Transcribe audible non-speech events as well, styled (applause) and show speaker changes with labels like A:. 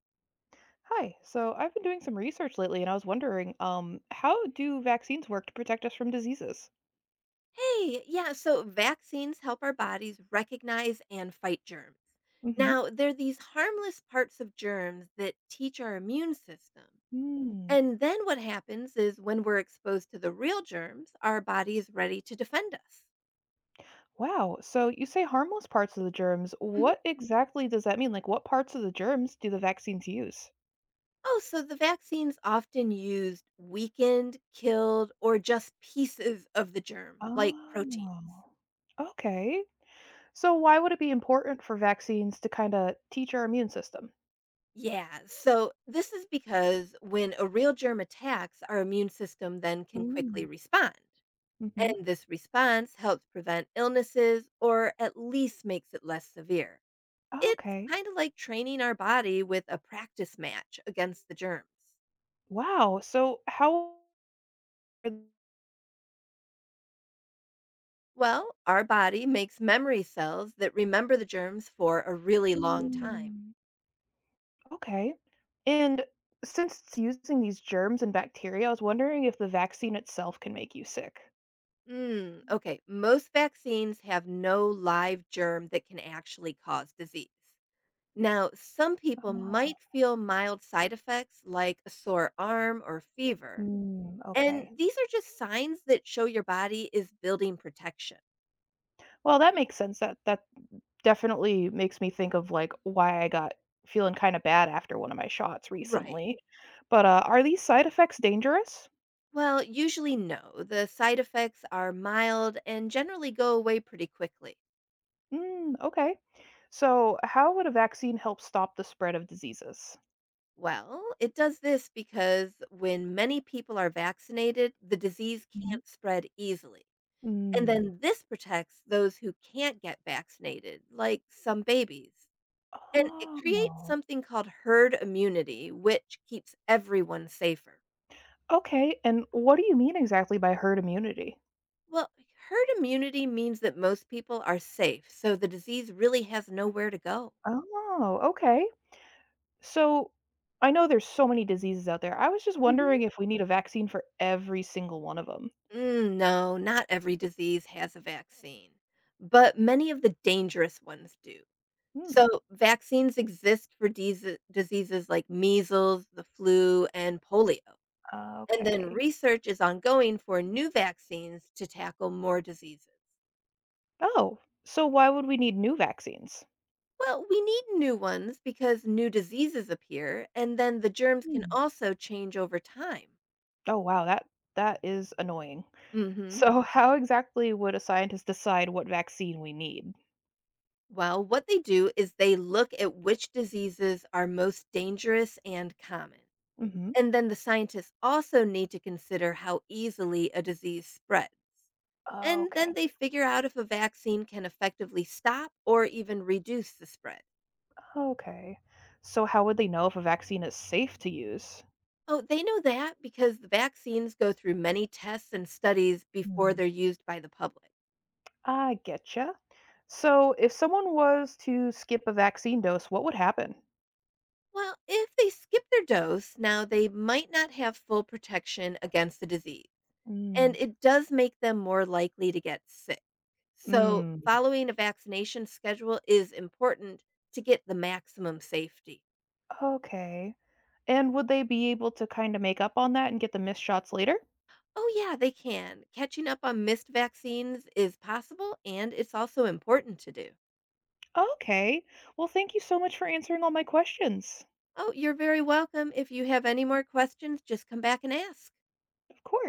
A: Hi. So I've been doing some research lately and I was wondering, how do vaccines work to protect us from diseases?
B: Hey, yeah, so vaccines help our bodies recognize and fight germs.
A: Hmm.
B: Now, they're these harmless parts of germs that teach our immune system.
A: Hmm.
B: And then what happens is when we're exposed to the real germs, our body is ready to defend us.
A: Wow. So you say harmless parts of the germs.
B: Mhm.
A: What exactly does that mean? Like what parts of the germs do the vaccines use?
B: Oh, so the vaccines often used weakened, killed, or just pieces of the germ, like proteins.
A: Oh. Okay. So why would it be important for vaccines to kind of teach our immune system?
B: Yeah, so this is because when a real germ attacks, our immune system then can quickly
A: Mm.
B: respond.
A: Mm-hmm.
B: And this response helps prevent illnesses or at least makes it less severe. It's
A: Okay.
B: kind of like training our body with a practice match against the germs.
A: Wow. So how.
B: Well, our body makes memory cells that remember the germs for a really long time.
A: Mm. Okay. And since it's using these germs and bacteria, I was wondering if the vaccine itself can make you sick.
B: Mm, okay, most vaccines have no live germ that can actually cause disease. Now, some people
A: Oh.
B: might feel mild side effects like a sore arm or fever,
A: Mm, okay.
B: and these are just signs that show your body is building protection.
A: Well, that makes sense. That definitely makes me think of like why I got feeling kind of bad after one of my shots
B: Right.
A: recently. But are these side effects dangerous?
B: Well, usually no. The side effects are mild and generally go away pretty quickly.
A: Mm, okay. So, how would a vaccine help stop the spread of diseases?
B: Well, it does this because when many people are vaccinated, the disease
A: Mhm.
B: can't spread easily. And
A: Mm.
B: then this protects those who can't get vaccinated, like some babies. And it creates
A: Oh.
B: something called herd immunity, which keeps everyone safer.
A: Okay. And what do you mean exactly by herd immunity?
B: Well, herd immunity means that most people are safe, so the disease really has nowhere to go.
A: Oh, okay. So I know there's so many diseases out there. I was just
B: Hmm.
A: wondering if we need a vaccine for every single one of them.
B: Mm, no, not every disease has a vaccine, but many of the dangerous ones do.
A: Hmm.
B: So, vaccines exist for diseases like measles, the flu, and polio. And then
A: Okay.
B: research is ongoing for new vaccines to tackle more diseases.
A: Oh, so why would we need new vaccines?
B: Well, we need new ones because new diseases appear, and then the germs can
A: Hmm.
B: also change over time.
A: Oh, wow. That is annoying. (laughs)
B: Mhm.
A: So how exactly would a scientist decide what vaccine we need?
B: Well, what they do is they look at which diseases are most dangerous and common.
A: Hmm.
B: And then the scientists also need to consider how easily a disease spreads. And
A: Okay.
B: then they figure out if a vaccine can effectively stop or even reduce the spread.
A: Okay. So how would they know if a vaccine is safe to use?
B: Oh, they know that because the vaccines go through many tests and studies before they're used by the public.
A: I getcha. So, if someone was to skip a vaccine dose, what would happen?
B: Well, if they skip their dose, now they might not have full protection against the disease. And
A: Mm.
B: it does make them more likely to get sick. So,
A: Mm.
B: following a vaccination schedule is important to get the maximum safety.
A: Okay. And would they be able to kind of make up on that and get the missed shots later?
B: Oh, yeah, they can. Catching up on missed vaccines is possible and it's also important to do.
A: Okay. Well, thank you so much for answering all my questions.
B: Oh, you're very welcome. If you have any more questions, just come back and ask.
A: Of course.